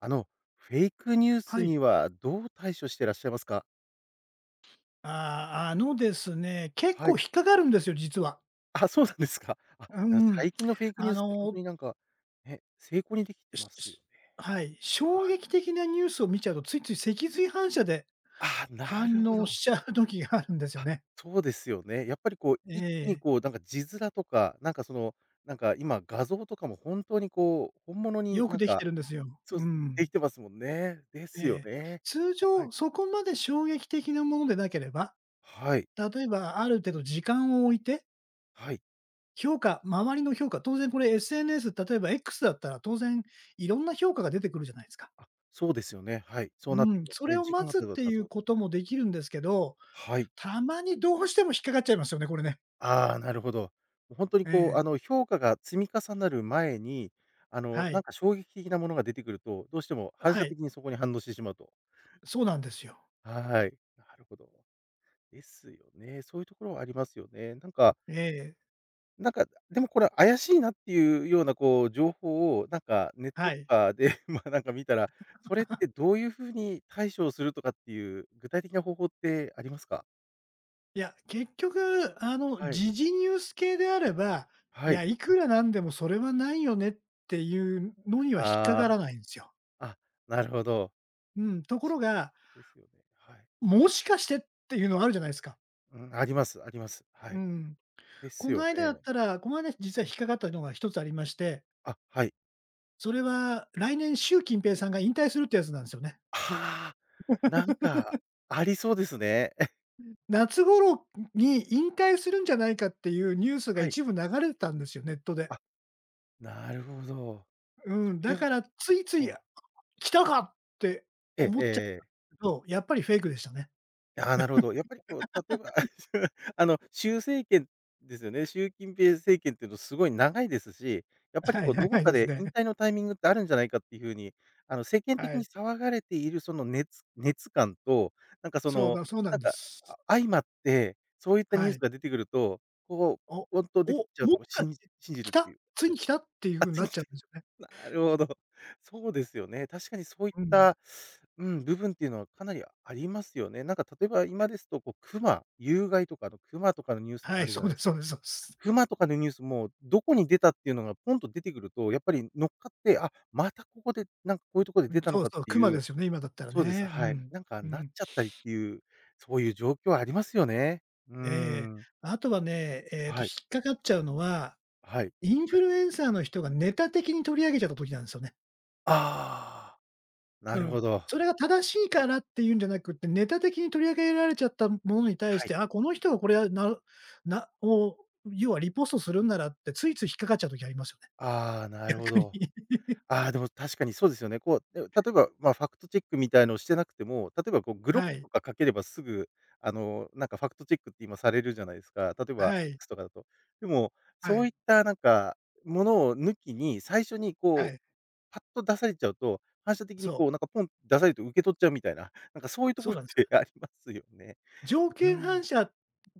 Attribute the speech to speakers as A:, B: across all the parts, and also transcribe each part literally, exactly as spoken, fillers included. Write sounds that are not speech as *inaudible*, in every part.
A: あの、フェイクニュー
B: は
A: ス
B: い。
A: にはどう対処してらっしゃいますか？
B: ああ、あのですね、
A: *laughs*
B: 結
A: はい。
B: 構引っかかるんですよ、実は。
A: あ、そうなんですか。あ、だ
B: う
A: から
B: ん。
A: 最近のフェイクニュ
B: あ
A: ースって本当
B: の、
A: になんか、ね、成功にできて
B: し
A: ますよ
B: し
A: ね。
B: はい、衝
A: はい。
B: 撃的なニュースを見ちゃうと、ついつい脊髄反射で
A: あ、なる
B: 反
A: ほ
B: 応
A: ど。
B: しちゃう時があるんですよ
A: あ、
B: ね。
A: そうですよね。やっぱりこう、
B: え
A: 一気に
B: え。
A: こう、なんか字面とか、なんかその、なんか今画像とかも本当にこう、本物に
B: よく
A: なん
B: できて
A: か、
B: るんですよ。
A: そう
B: う
A: です、で
B: ん。
A: きてますもんね。ですよ
B: ええ。
A: ね。
B: 通
A: は
B: 常
A: い。
B: そこまで衝撃的なものでなければ、
A: はい。
B: 例えばある程度時間を置いて、
A: はい。
B: 評価周りの評価、当然これ エスエヌエス、例えば X だったら、当然いろんな評価が出てくるじゃないですか。
A: あ、そうですよね。はい。そ
B: う
A: うなって
B: ん、
A: きます
B: それ
A: ね。
B: を
A: 時間
B: 待
A: が
B: つ
A: 経
B: っ
A: てば
B: て
A: 経
B: い
A: つほ
B: うこ
A: ど。
B: ともできるんですけど、
A: はい。
B: たまにどうしても引っかかっちゃいますよね、これね。
A: ああ、なるほど。もう本当に
B: え
A: こう、
B: え、
A: あの、評価が積み重なる前に、あの、
B: は
A: なん
B: い。
A: か衝撃的なものが出てくると、どうしても反
B: は
A: 射
B: い、
A: 的にそこに反応してしまうと。
B: そうなんですよ。
A: はい。なるほど。ですよね。そういうところはありますよね。なんか
B: ええ、
A: なんか、でもこれ怪しいなっていうようなこう情報をなんかネッ
B: は
A: トと
B: い。
A: かで *laughs*、ま、なんか見たら、それってどういうふうに対処をするとかっていう具体的な方法ってありますか？
B: いや、結局、あの、
A: はい。
B: 時事ニュース系であれば、い
A: はい。
B: や、いくらなんでもそれはないよねっていうのには引っかか
A: あ
B: らないんですよ。
A: あ、あ、なるほど。
B: うん、とこ
A: しっ
B: ろ
A: か
B: が、
A: りですよね。はい。
B: もしかしてっていうのはあるじゃないですか。
A: うん、あります、あります。は
B: う
A: い。
B: ん。
A: で
B: こ
A: す
B: の
A: よ
B: 間だっ
A: ね。
B: たら、この間実は
A: うん。
B: 引っかかったのが一つありまして、
A: あ、はい。
B: それは来年習近平さんが引退するってやつなんですよね。
A: ああ、なんか、ありそうですね。*laughs*
B: 夏頃に引退するんじゃないかっていうニュースが
A: はい。
B: 一部流れてたんですよ、ネットで。
A: あ、なるほど。
B: うん、
A: それ
B: だ
A: は、
B: からついつい
A: こう、
B: 「来たか！」って
A: えええ
B: 思っちゃ
A: ええ。
B: うけど、やっぱりフェイクでしたね。
A: ああ、なるほど。やっぱりこう、例えば、*laughs* あの、習政権ですよね。習近平政権っていうのすごい長いですし、やっぱり
B: はい、
A: こう、どこ
B: 長い
A: か
B: です
A: で引
B: ね。
A: 退のタイミングってあるんじゃないかっていう風に、あの、政権的
B: はい。
A: に騒がれているその熱熱感と、なんかそ
B: そう
A: の、
B: だそうな
A: な
B: ん
A: ん
B: で
A: か、
B: す。
A: あ相まって、そういったニ
B: は
A: ュース
B: い。
A: が出てくると、こう、
B: お
A: 本当出て
B: お、
A: きちゃう
B: も
A: と
B: し
A: こ、
B: かし
A: 信じ
B: て
A: 信じ
B: 「来
A: るって
B: た？
A: いう。
B: ついに来た？」っていう
A: あっ
B: 風に
A: ち
B: なっ
A: に
B: ちゃうんですよね。
A: なるほど。そうですよね。確かにそういっ
B: うん。
A: た、うん、部分っていうのはかなりありますよね。なんか例えば今ですと、こう熊、有害とかの熊とかのニュースとか
B: は
A: あ
B: い、
A: るじゃ
B: そう
A: ないで
B: で
A: す
B: す
A: か。
B: そうですそうです。
A: 熊とかのニュースも、どこに出たっていうのがポンと出てくると、やっぱり乗っかって、あ、またここで、なんかこういうとこで
B: うん、
A: 出たの
B: そう
A: かっ
B: そう、
A: て
B: 熊
A: い
B: で
A: う、
B: すよね、今だったら
A: そうです、
B: ね。う
A: はい。
B: ん。
A: なんか
B: う
A: なっ
B: ん。
A: ちゃったりっていう、そういう状況ありますよね。うー
B: ええ。
A: ん。
B: あとはね、えっと、
A: は
B: 引
A: い、
B: っかかっちゃうのは
A: はい。
B: インフルエンサーの人がネタ的に取り上げちゃった時なんですよね。
A: ああ、な
B: う
A: る
B: ん。
A: ほど。
B: それが正しいからっていうんじゃなくって、ネタ的に取り上げられちゃったものに対し
A: はい。
B: て、あ、この人がこれはななを、要はリポストするんならって、ついつい引っかかっちゃう時ありますよね、
A: ああ、な
B: *laughs*
A: るほ
B: 逆に。
A: ど。ああ、でも確かにそうですよね。こう、で、例えば、まあ、ファクトチェックみたいのをしてなくても、例えばこうグロッ
B: は
A: ク
B: い。
A: とかかければすぐ、あの、なんかファクトチェックって今されるじゃないですか。例えば
B: はい。
A: X とかだと。でも、
B: は
A: そう
B: い。
A: いったなんか、ものを抜きに、最初に
B: は
A: こう、
B: い。
A: パッと出されちゃうと、反射的に
B: そ
A: こうなん
B: う。
A: かポンって出されて受け取っちゃうみたいな、*laughs* なんかそういうとこ
B: そう
A: ろっ
B: なんです
A: て *laughs* あ
B: よ。
A: りますよね。
B: 条
A: う
B: 件反
A: ん。
B: 射っ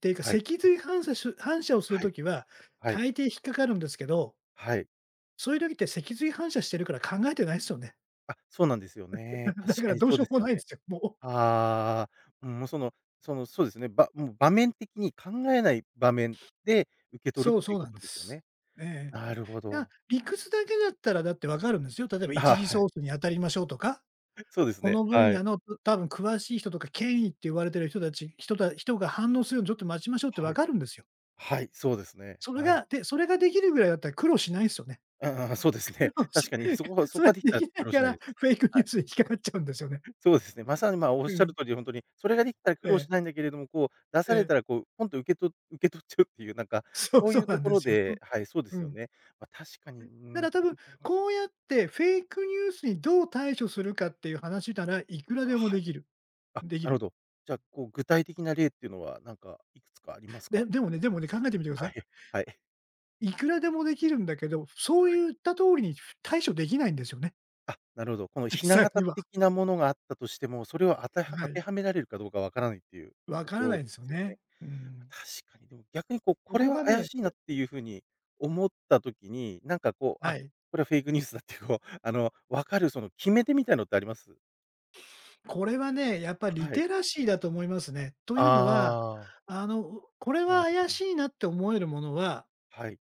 B: ていうか、
A: はい、
B: 脊髄反射し反射をする
A: はい、
B: 時は、
A: はい、
B: 大抵引っかかるんですけど、
A: はい。
B: そういう時って脊髄反射してるから考えてないですよね。
A: あ、そうなんですよね。
B: *laughs*
A: 確
B: だか
A: か
B: ら
A: に
B: どう
A: そ
B: し
A: う
B: よ
A: で
B: う
A: す
B: も
A: よ
B: ないんで
A: ね。
B: すよ、もう。
A: ああ、うん、もうそのその、そうですね、ばもう場面的に考えない場面で受け取るっ
B: そう、
A: てい
B: そう
A: うこ
B: なん
A: と
B: で
A: ですよ
B: す。
A: ね。
B: え
A: なるほ
B: え、あ、
A: ど。
B: 理屈だけだったらだって分かるんですよ。例えば一
A: あ、
B: 次
A: はい。
B: ソースに当たりましょうとか、
A: *laughs* そうです
B: こ
A: ね。
B: の分
A: は
B: 野
A: い。
B: の多分詳しい人とか権威って言われてる人たち人た人が反応するようにちょっと待ちましょうって分
A: はい。
B: かるんですよ。
A: はい、そうですね。
B: それ
A: はい。
B: が、で、それができるぐらいだったら苦労しないですよね。
A: ああ、そうで
B: *laughs*
A: す
B: 苦
A: ね。
B: 労
A: *laughs* 確
B: し
A: かにそこは
B: *laughs*
A: そ
B: そ
A: こが
B: れ
A: でき
B: で
A: た
B: き
A: ら
B: な
A: 苦
B: い
A: 労
B: か
A: しない
B: ら、
A: です。
B: フェイク
A: は
B: ニュー
A: い。
B: スに引っかかっちゃうんですよね。
A: そうですね。まさに、まあ、おっ
B: う
A: しゃる
B: ん。
A: 通りでほんとに、それができたら苦
B: え
A: 労
B: え、
A: しないんだけれども、こう出
B: え
A: され
B: え。
A: たらこう、ポンと受けと受け取っちゃうっていうなんか、
B: そう、
A: そう
B: そ
A: い
B: う
A: う
B: な
A: と
B: ん
A: こ
B: で
A: ろ
B: すよ。
A: で、はい、そうで
B: う
A: すよ
B: ん。
A: ね。ま、確かに、うー
B: た
A: ん、
B: だ多
A: そ
B: 分、
A: れはありますよ。
B: こうやってフェイクニュースにどう対処するかっていう話ならいくら
A: あ、
B: でも
A: は
B: で
A: い。
B: きる。
A: あ、
B: でき
A: なるほ
B: る。
A: ど。じゃあ、こう、具体的な例っていうのは、なんかいくつかあります
B: で
A: か？
B: でもねでもね、考えてみてくだ
A: *laughs*
B: さ
A: は
B: い。
A: い、はい。
B: いくらでもできるんだけど、そう
A: はい。
B: 言った通りに対処できないんですよね、
A: あ、なるほど。こ
B: *laughs*
A: の
B: 実
A: ひな
B: 際に
A: 形
B: は。
A: 的なものがあったとしても、それをあた
B: は
A: 当て
B: い。
A: はめられるかどうかわからないっていう
B: わ
A: と
B: か
A: こ
B: らな
A: ろ
B: いん
A: で
B: ですよ
A: すよね。
B: ね。うん。
A: 確かにでも逆にこう、こ
B: こ
A: れ
B: こ
A: は
B: が
A: 怪
B: ね、
A: しい
B: い
A: なっ
B: や、
A: ていうふうに思った時に、なんかこう、あ、
B: はい。
A: これはフェイクニュースだってこう、*laughs* あの、わかるその決め手みたいのってあります？
B: これはね、やっぱリ
A: はい。
B: テラシーだと思いますね。というのは、
A: ああ、
B: あの、これは
A: なるほ
B: 怪
A: ど。
B: しいなって思えるものは、
A: はい。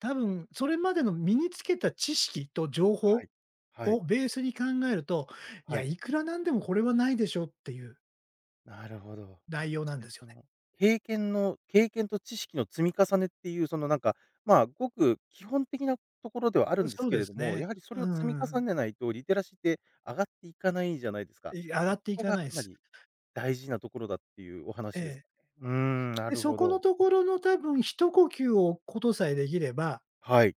B: 多分それまでの身につけた知識と情
A: は
B: 報
A: い。はい。
B: をベースに考えると、い
A: は
B: や、
A: い。
B: いくらなんでもこれはないでしょっていう
A: なるほど。まあ、
B: 内容な
A: 確
B: ん
A: か
B: で
A: に
B: すよ。
A: その、経験の経験と知識の積み重ねっていう、そのなんか、ま、ごく基本的なところではあるんです
B: そう
A: け
B: で
A: れ
B: す
A: ども、
B: ね。
A: やはりそ
B: う
A: れを積み重
B: ん、
A: ねないと、リテラシーって上がっていかないじゃないですか。
B: い上が
A: こ
B: っ
A: そ
B: てい
A: こ
B: か
A: が
B: ないで
A: かな
B: す。
A: り大事なところだっていうお
B: え
A: 話ですか
B: え。
A: ね。うーん、な
B: で、
A: る
B: そ
A: ほ
B: この
A: ど。
B: ところの多分一呼吸を置くことさえできれば、
A: はい、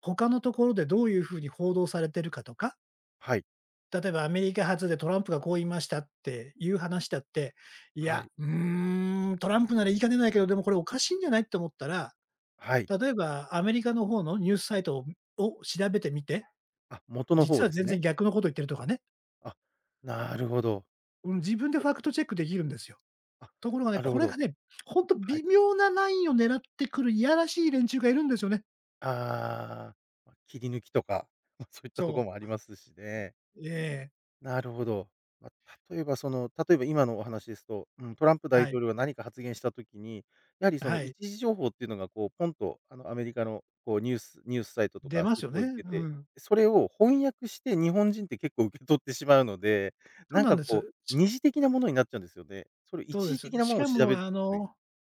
B: 他のところでどういうふうに報道されてるかとか、
A: はい、
B: 例えばアメリカ発でトランプがこう言いましたっていう話だって、い
A: は
B: や、
A: い、
B: うーん、トランプなら言いかねないけど、でもこれおかしいんじゃないって思ったら、
A: はい。
B: 例えばアメリカの方のニュースサイトをを調べてみて、
A: あ、元の
B: 実
A: 方
B: は
A: です
B: 全然
A: ね。
B: 逆のこと言ってると
A: は
B: か
A: い。
B: ね。
A: あ、なるほど。
B: うん、自分で
A: そう
B: ファ
A: で
B: ク
A: すね。
B: トチェックできるんですよ。
A: あ、
B: ところがね、
A: なる
B: こ
A: ほ
B: れが
A: ど。
B: ね、ほんと
A: は
B: 微
A: い。
B: 妙なラインを狙ってくるいやらしい連中がいるんですよね。
A: ああ、ま、切り抜きとか、ま、そういったとこ
B: そ
A: も
B: う。
A: ありますしね。
B: ええ、
A: なるほど。ま、例えばその、例えば今のお話ですと、うん、トランプ大
B: はい、
A: 統領が何か発言した時に、やはりその
B: はい。
A: 一時情報っていうのがこうポンとあのアメリカのこうニュースニュースサイトと
B: 出
A: かそ
B: ま
A: うい
B: す
A: う
B: よ
A: と
B: ね。
A: こ
B: う
A: に出て、
B: ん。
A: それを翻訳して日本人って結構受け取ってしまうので、
B: そう
A: なん
B: なん
A: か
B: で
A: こ
B: す。
A: う
B: し
A: 二次的なものになっちゃうんですよね。それ
B: そう
A: 一
B: で
A: 時
B: す。
A: 的な
B: し
A: もの
B: か
A: を調
B: も
A: べる
B: あ
A: という、
B: の、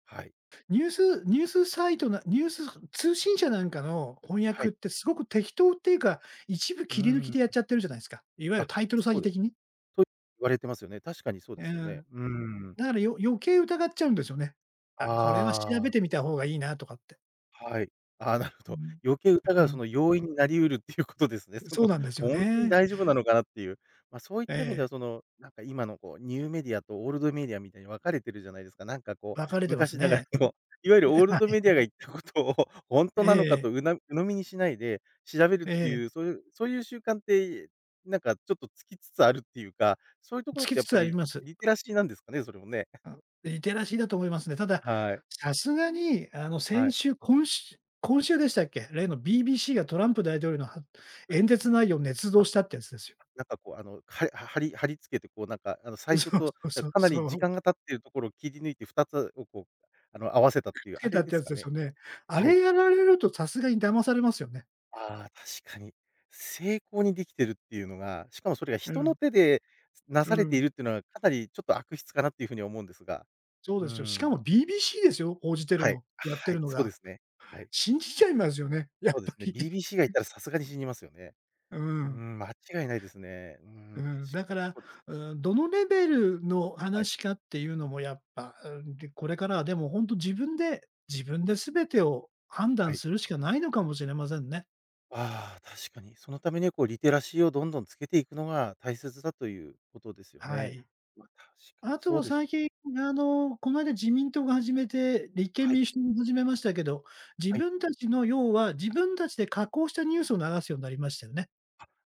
A: はい、
B: ニュースニュースサイトなニュース通信社なんかの翻
A: は
B: 訳っ
A: い。
B: てすごく適当っていうか、一部
A: う
B: 切り抜
A: ー
B: き
A: ん。
B: でやっちゃってるじゃないすか。いわゆ
A: あ、
B: るタイトル詐
A: そ
B: 欺
A: うです
B: 的に。
A: ね。と言われてますよね。確かにそう
B: う
A: ですよね。
B: ん。
A: うーん。
B: だからよ余計疑っちゃうんですよね。あ、これは
A: あ
B: 調
A: あ。
B: べてみた方がいいなとかって。
A: はい。ああ、なるほ
B: う
A: ど。
B: ん。
A: 余計疑う
B: う
A: そ
B: ん。
A: の要因になり得るっていうことですね。その、
B: そうな
A: *laughs*
B: んですよ
A: ほんとに
B: ね。
A: 大丈夫なのかなっていう。まあ、そういっ
B: え
A: た意味で
B: え。
A: はその、なんか今のこうニューメディアとオールドメディアみたいに分かれてるじゃないですか。なんかこう、
B: 分かれてます
A: 昔ながら
B: ね。
A: の、いわゆる
B: で、
A: オール
B: は
A: ドメディ
B: い。
A: アが言ったことをほん
B: *laughs*
A: と *laughs*
B: ええ
A: なのか
B: ええ。
A: とうな鵜呑みにしないで調べるっていう、そういうそういう習慣って、なんかちょっとつきつつあるっていうか、そういうとこ
B: つ
A: ろっ
B: き
A: てや
B: つ
A: っ
B: つ
A: ぱ
B: あり
A: り
B: ます。
A: リテラシーなんですかね、それもね。
B: あ、リテラシーだと思いますね。ただ、
A: はい。
B: さすがにあの、
A: は
B: 先
A: い。
B: 週今し今週でしたっけ？例の ビービーシー がトランプ大統領のは
A: はい。
B: 演説内容を捏造したってやつですよ。
A: なんかこう、あの、は貼り貼り付けて、こうなんか、あの、最初
B: *laughs* そ
A: と、
B: うそう
A: だ
B: そう
A: かなり
B: そ
A: 時
B: う。
A: 間が経っているところを切り抜いてふたつをこう、あの、合わせたってい
B: つ
A: う
B: け
A: あ
B: た
A: れ
B: っ
A: で
B: てや
A: す
B: つ
A: か
B: です
A: ね？
B: よね。あ
A: はい。
B: れやられるとさすがに騙されますよね。
A: ああ、確かに。精巧にできてるっていうのが、しかもそれが
B: う
A: 人の
B: ん、
A: 手でな
B: う
A: されてい
B: ん。
A: るっていうのは、かなりちょっと悪質かなっていう風に思うんですが。
B: そう
A: うー
B: ですよ。しか
A: ん。
B: も ビービーシー ですよ、報じてる
A: はい。
B: の、やって
A: は
B: る
A: い、
B: の
A: そうで
B: が。
A: すね。はい。
B: 信じちゃいますよね、や
A: そ
B: っ
A: うで
B: ぱ
A: すね、
B: り。
A: ビービーシー
B: *laughs*
A: がいたらさすがに死にますよね。
B: う
A: うー
B: ん。
A: ん、間違いないですね。うー
B: う
A: ん、確
B: ん、だ
A: か
B: か
A: に
B: ら、
A: そうです。
B: うん、どのレベルの
A: はい、
B: 話かっていうのもやっぱ、うん、で、これからはでも本当自分で、自分で全てを判
A: は
B: 断
A: い。
B: するしかないのかもしれませんね。
A: ああ、確かに。そのためには、こう、リテラシーをどんどんつけていくのが大切だということですよ
B: は
A: ね。
B: い。
A: まあ、確かに
B: あと
A: そう
B: は
A: です
B: 最
A: よ
B: 近、
A: ね。
B: あの、この間自民党が始めて、立憲
A: はい、
B: 民主党も始めましたけど、自
A: はい、
B: 分たちの要は、自分たちで加工したニュースを流すようになりましたよね。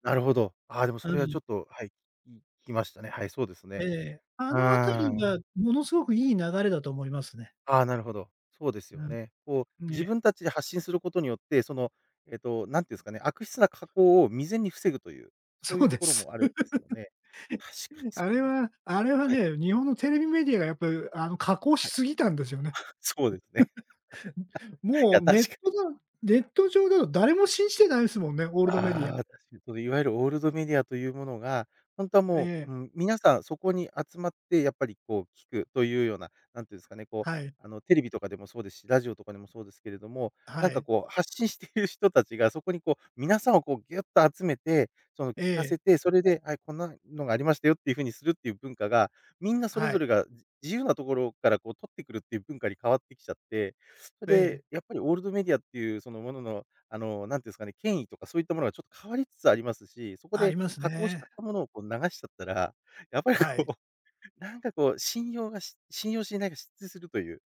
A: なるほど。ああ、でも
B: う
A: それはち
B: ん。
A: ょっと、はい、き聞きましたね。はい、そうです
B: え
A: ね。
B: え。あ
A: う
B: のあた
A: ー
B: り
A: ん。
B: がものすごくいい流れだと思いますね。
A: ああ、なるほど。そうです
B: う
A: よ
B: ん、
A: ね。こう、自
B: ね、
A: 分たちで発信することによって、その、えっと、なんていうんですかね、悪質な加工を未然に防ぐという、そうい
B: そ
A: う
B: う
A: と
B: で
A: ころ
B: す。
A: もあるんですよね。確かにそ
B: あ
A: れ
B: れ
A: は
B: はあれは
A: はい、
B: ね、日本のテレビメディアがやっぱ、あの、加工し
A: はい。
B: すぎたんですよね。
A: *laughs* そうですね。い
B: もう
A: や、
B: ネッ
A: 確
B: ト
A: かに
B: だネット上だと誰も信じてないですもんね、オールドメディ
A: あ
B: ア。
A: あ、確かに、そのいわゆるオールドメディアというものが、本当は
B: え
A: もう、
B: え、
A: うん、皆さんそこに集まってやっぱりこう聞くというような、なんていうんですかね、こう、
B: はい、
A: あのテレビとかでもそうですし、ラジオとかでもそうですけれども、なん
B: は
A: か
B: い、
A: こう発信している人たちがそこにこう皆さんをこうギュッと集めて、その
B: え
A: 聞か
B: え、
A: せて、それで、はい、こんなのがありましたよっていう風にするっていう文化が、みんなそれ
B: は
A: ぞ
B: い、
A: れがじ自由なところからこう取ってくるっていう文化に変わってきちゃって、それ
B: ええ、
A: でやっぱりオールドメディアっていうそのもののあの、なんていうんですかね、権威とかそういったものがちょっと変わりつつありますし、そこ
B: あり
A: で
B: ます
A: 加工しちゃ
B: ね。
A: ったものをこう流しちゃったら、*laughs* やっぱりこ
B: はい、
A: う、なんかこう、信用がし信用信頼が失墜するという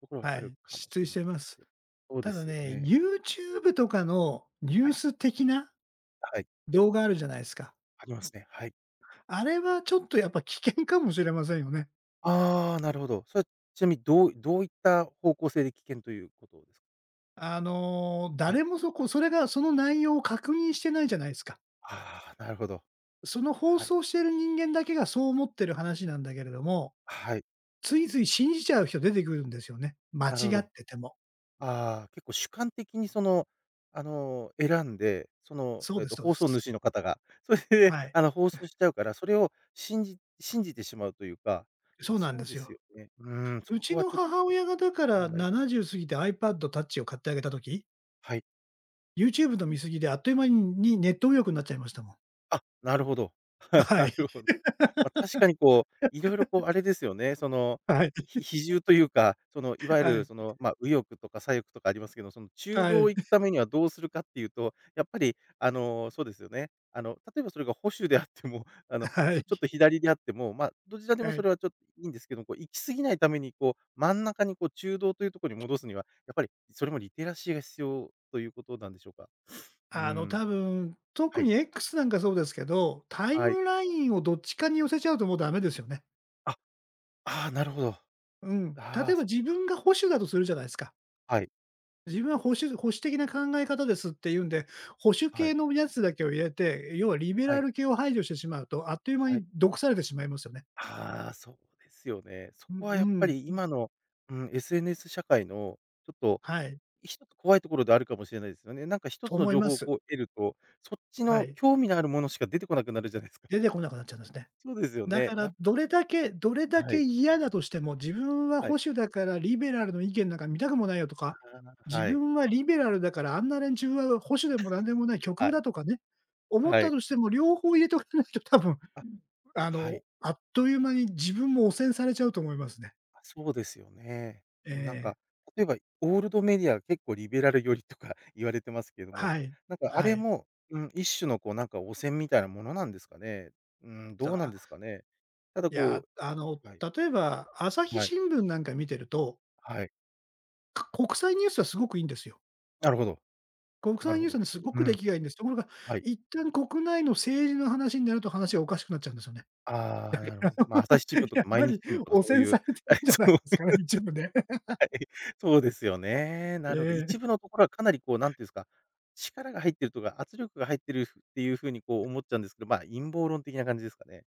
A: ところ
B: は
A: があ
B: い、
A: るかもし
B: 失墜
A: れ
B: し
A: な
B: て
A: いで
B: ま
A: す
B: す。
A: よ。そうで
B: ただ
A: すよ
B: ね、
A: ね。
B: YouTube とかのニ
A: は
B: ュー
A: い。
B: ス的な
A: はい。
B: 動画あるじゃないですか。
A: ありますね。はい。
B: あれはちょっとやっぱ危険かもしれませんよね。
A: ああ、なるほど。それはちなみにどうどういった方向性で危険ということですか？
B: あの、
A: はい。
B: 誰もそこそれがその内容を確認してないじゃないですか。
A: ああ、なるほど。
B: その放
A: はい。
B: 送してる人間だけがそう思ってる話なんだけれども、
A: はい。
B: ついつい信じちゃう人出てくるんですよね。間違
A: なるほど。
B: ってても。
A: ああ、結構主観的にその、あの、選んで、その、
B: そう
A: えっ
B: です
A: と、
B: そうで
A: 放送主
B: す。
A: の方が、それで、
B: はい。
A: あの、放送しちゃうから、それを信じ信じてしまうというか、
B: そ
A: ま、
B: うなん
A: そ
B: で
A: うで
B: す
A: す
B: よ。
A: よね。うーん、そ
B: う
A: こ
B: ち
A: は
B: の
A: ちょっ
B: 母
A: と
B: 親がだから
A: 問題
B: ななじゅう過ぎて iPad Touch を買ってあげた時、
A: はい。
B: YouTube の見過ぎであっという間にネット右翼になっちゃいましたもん。
A: あ、なるほど。*laughs*
B: は
A: な
B: い。
A: るほど。まあ、
B: *laughs*
A: 確かにこう、いろいろこうあれですよね、その、
B: はい。
A: ひ比重というか、そのいわゆ
B: は
A: る
B: い。
A: その、まあ、右翼とか左翼とかありますけど、その中
B: は
A: 道を
B: い。
A: 行くためにはどうするかっていうと、やっぱりあの、そうですよね。あの、例えばそれが保守であっても、*laughs* あの、
B: は
A: そちょっ
B: い。
A: と左であっても、まあ、どちらでも
B: は
A: そ
B: い。
A: れはちょっといいんですけど、こう行き過ぎないためにこう、真ん中にこう中道というところに戻すには、やっぱりそれもリテラシーが必要ということなんでしょうか？う
B: あの
A: ん、
B: 多分、
A: は
B: 特
A: い。
B: に X なんかそうですけど、タイ
A: はい。
B: ムラインをどっちかに寄せちゃうともうダメですよね。
A: あああ、なるほど。あ
B: うん。例
A: あ、
B: えば
A: そ
B: 自分が保守だとするじゃないですか。
A: はい、
B: 自分は保守保守的な考え方ですっていうんで、保守
A: は
B: 系
A: い、
B: のやつだけを入れて、要はリベ
A: は
B: ラ
A: い、
B: ル系を排除してしまうと、あっという間
A: は
B: に
A: い。
B: 毒されてしまいますよね。
A: ああ、そうですよね。そ
B: う
A: こはやっぱ
B: ん
A: り
B: うん。
A: 今の、うん、エスエヌエス 社会のちょっと
B: はい。
A: 一つ怖いところであるかもしれないですよね。なんか一
B: と
A: つの
B: 思い
A: 情
B: ま
A: 報を
B: す。
A: こう得ると、そっち
B: は
A: の
B: い。
A: 興味のあるものしか出てこなくなるじゃないですか。
B: 出
A: *laughs*
B: てこなくなっちゃうんですね。
A: そうですよ
B: だか
A: ね。
B: ら
A: やっ
B: どれだけどれだ
A: は
B: け
A: い、
B: 嫌だとしても、自分は
A: は
B: 保
A: い、
B: 守だからリベラルの意見なんか見たくもないよとか、
A: な
B: 自
A: はい、
B: 分はリベラルだからあんな連中は保守でもなんでもない極
A: は
B: 右
A: い、
B: だとかね、思っ
A: は
B: た
A: い。
B: としても両方入れとかないと多分
A: あ、
B: あ
A: は
B: の、
A: い。
B: あっという間に自分も汚染されちゃうと思いますね。
A: あ、そうですよね。
B: え
A: でもなん
B: え。
A: か、例えばオールドメディア結構リベラル寄りとか *laughs* 言われてますけども、
B: はい。
A: なんかあ
B: は
A: れ
B: い。
A: も、うん、一種のこうなんか汚染みたいなものなんですかね？うん、どうなん
B: だ
A: ですかね？ただ
B: いや、
A: こ
B: あの、
A: うはい、
B: 例えば朝日
A: はい、
B: 新聞なんか見てると、
A: はい。
B: か国際ニュースはすごくいいんですよ。
A: なるほど、
B: 国
A: な
B: 際
A: る
B: ニ
A: ほ
B: ュースは
A: ど。
B: ね、すごく
A: う
B: 出
A: ん、
B: 来がいいんです。ところが、
A: はい。
B: 一旦国内の政治の話になると話がおかしくなっちゃうんですよね。
A: ああ、なるほど。まあ、朝日新聞
B: *laughs*
A: と
B: や
A: か
B: っ
A: 毎
B: ぱ
A: 日
B: り
A: 新聞とか
B: 汚
A: そう
B: 染
A: いう、
B: されてるん
A: *laughs*
B: じゃないで
A: そう
B: すかね、一部ね。*laughs*
A: *laughs* いそうですよね。なるほど。
B: ええ、
A: 一部のところはかなりこう、なんていうんですか、力が入ってるとか、圧力が入ってるっていうふうにこう思っちゃうんですけど、まあ、陰謀論的な感じですかね。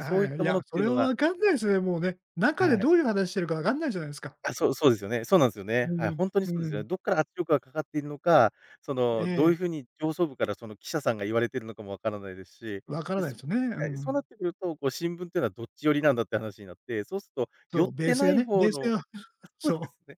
A: そういっ
B: い。い
A: たも
B: や、
A: のっ
B: そ
A: ていう
B: れは
A: のが
B: わかんないですね、もうね。中で
A: は
B: ど
A: い。
B: ういう話してるかわかんないじゃないですか。
A: あ、そうそうですよね。そうなんですよ
B: う
A: ね。はい、
B: ん、
A: 本当に
B: う
A: そうですよ
B: ん。
A: ね。どっから圧力がかかっているのか、そ
B: え
A: の、どういうふう
B: え。
A: に上層部からその記者さんが言われているのかもわからないですし、
B: わから
A: で、
B: ない
A: そ
B: ですよね。う
A: はい、そうなっ
B: ん。
A: てくると、こう新聞っていうのはどっち寄りなんだって話になって、そうすると寄っ
B: そう、ベー
A: て
B: ス
A: な
B: が
A: い
B: ね、ベ
A: 方
B: ース
A: の
B: が
A: *laughs*
B: *laughs*
A: そうで
B: そ
A: すね。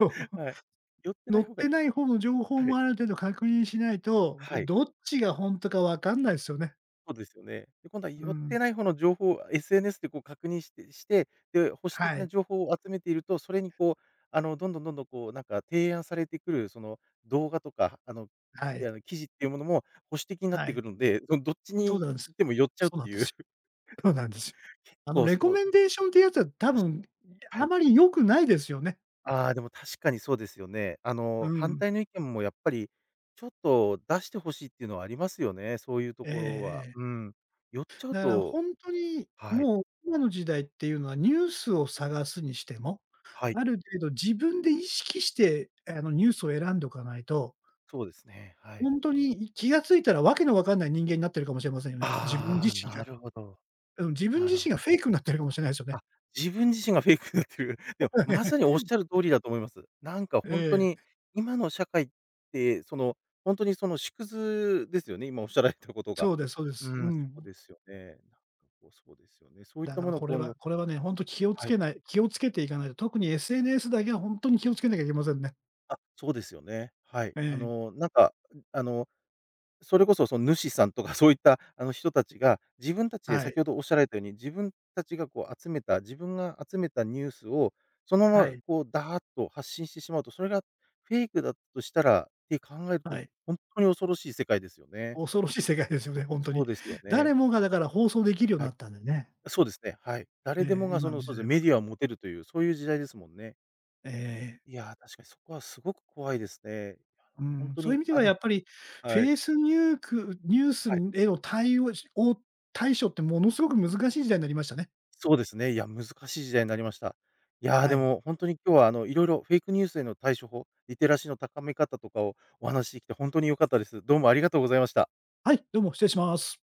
B: う、
A: は
B: *laughs*
A: い。寄ってな
B: 載
A: い
B: っ
A: 方が
B: てない方の情報
A: は
B: も
A: い。
B: ある程度確認しないと、
A: はい。
B: どっちが本当かわかんないですよね。
A: そうですよね。で、今度は
B: う
A: 寄っ
B: ん。
A: てない方の情報を エスエヌエス でこう確認してして、で、保守的
B: は
A: な
B: い、
A: 情報を集めていると、それにこう、あの、どんどんどんどんこう、なんか提案されてくるその動画とか、あの、
B: は
A: い
B: い、
A: や、記事っていうものも保守的になっ
B: は
A: て
B: い。
A: くるので、そのどっち
B: そう
A: に
B: なんです。
A: でも寄っちゃ
B: そ
A: うっ
B: うな
A: て
B: んで
A: い
B: す
A: う、
B: よ。
A: *laughs*
B: *laughs* そうなんですよ。
A: 結
B: あの、
A: 構
B: レコ
A: そ
B: メ
A: う
B: ンデーションってやつは多
A: だし
B: 分、
A: は
B: あ
A: い。
B: まり良くないですよね。
A: ああ、でも確かにそうですよね。あ
B: う
A: の、反
B: ん。
A: 対の意見もやっぱりちょっと出してほしいっていうのはありますよね、そういうところは。
B: え
A: う
B: え。
A: ん。寄っちゃう
B: だから
A: と
B: 本当に、
A: はい、
B: もう今の時代っていうのはニュースを探すにしても、
A: はい。
B: ある程度自分で意識して、あの、ニュースを選んでおかないと、
A: そうですね、はい。
B: 本当に気がついたらわけのわかんない人間になってるかもしれませんよね。自分
A: あ
B: 自
A: あ、
B: 身
A: な
B: が。
A: るほど。
B: うん、自分
A: な
B: 自
A: るほ
B: 身が
A: ど。
B: フェイクになってるかもしれないですよね。
A: あ、自分自身がフェイクになってる。*laughs* でも、まさに
B: *laughs*
A: おっしゃる通りだと思います。なんか本当
B: え
A: に、
B: え。
A: 今の社会って、その、本当にその縮図ですよね、今おっしゃられたことが。
B: そうですそうです。
A: う
B: う
A: ん、そう
B: ん。
A: ですよね。なんかこう、そうですよね。そういっ
B: だ
A: た
B: から
A: ものを
B: これ
A: 今
B: は
A: 度
B: これはね、本当気をつ
A: はい。
B: けない気をつけていかないと、特に エスエヌエス だけは本当に気をつけなきゃいけませんね。
A: あ、そうですよね。はい。
B: え
A: あ
B: え。
A: の、なんか、あのそれこそ、その主さんとかそういったあの人たちが、自分たちで
B: は
A: 先
B: い。
A: ほどおっしゃられたように、自分たちがこう集めた、自分が集めたニュースを、そのま
B: は
A: ま
B: い。
A: こうダーッと発信してしまうと、それがフェイクだとしたらって考えると、
B: はい。
A: 本当に恐ろしい世界ですよね。
B: 恐ろしい世界ですよね、ほんと
A: そ
B: に。
A: うですよね。
B: 誰もがだから放送できるように
A: は
B: な
A: い。
B: ったんだよね。
A: そうですね、はい。誰で
B: え
A: も
B: え、
A: がそ
B: 今の
A: の、
B: 時
A: そうで
B: 代
A: すね、
B: は。
A: メディアを持てるという、そういう時代ですもんね。
B: え
A: い
B: え。
A: やー、確かにそこはすごく怖いですね。いや、
B: う
A: もう本
B: ん、
A: 当
B: そういう意
A: に
B: 味で
A: あ
B: はや
A: の
B: っぱり、フ
A: はい、
B: ェイスニュークニュース
A: はい。
B: への対応しお対処ってものすごく難しい時代になりましたね。
A: そうですね。いや、難しい時代になりました。いやー、
B: は
A: で
B: い。
A: も本当に今日は、あの、色々フェイクニュースへの対処法、リテラシーの高め方とかをお話しできて本当に良かったです。どうもありがとうございました。
B: はい、どうも失礼します。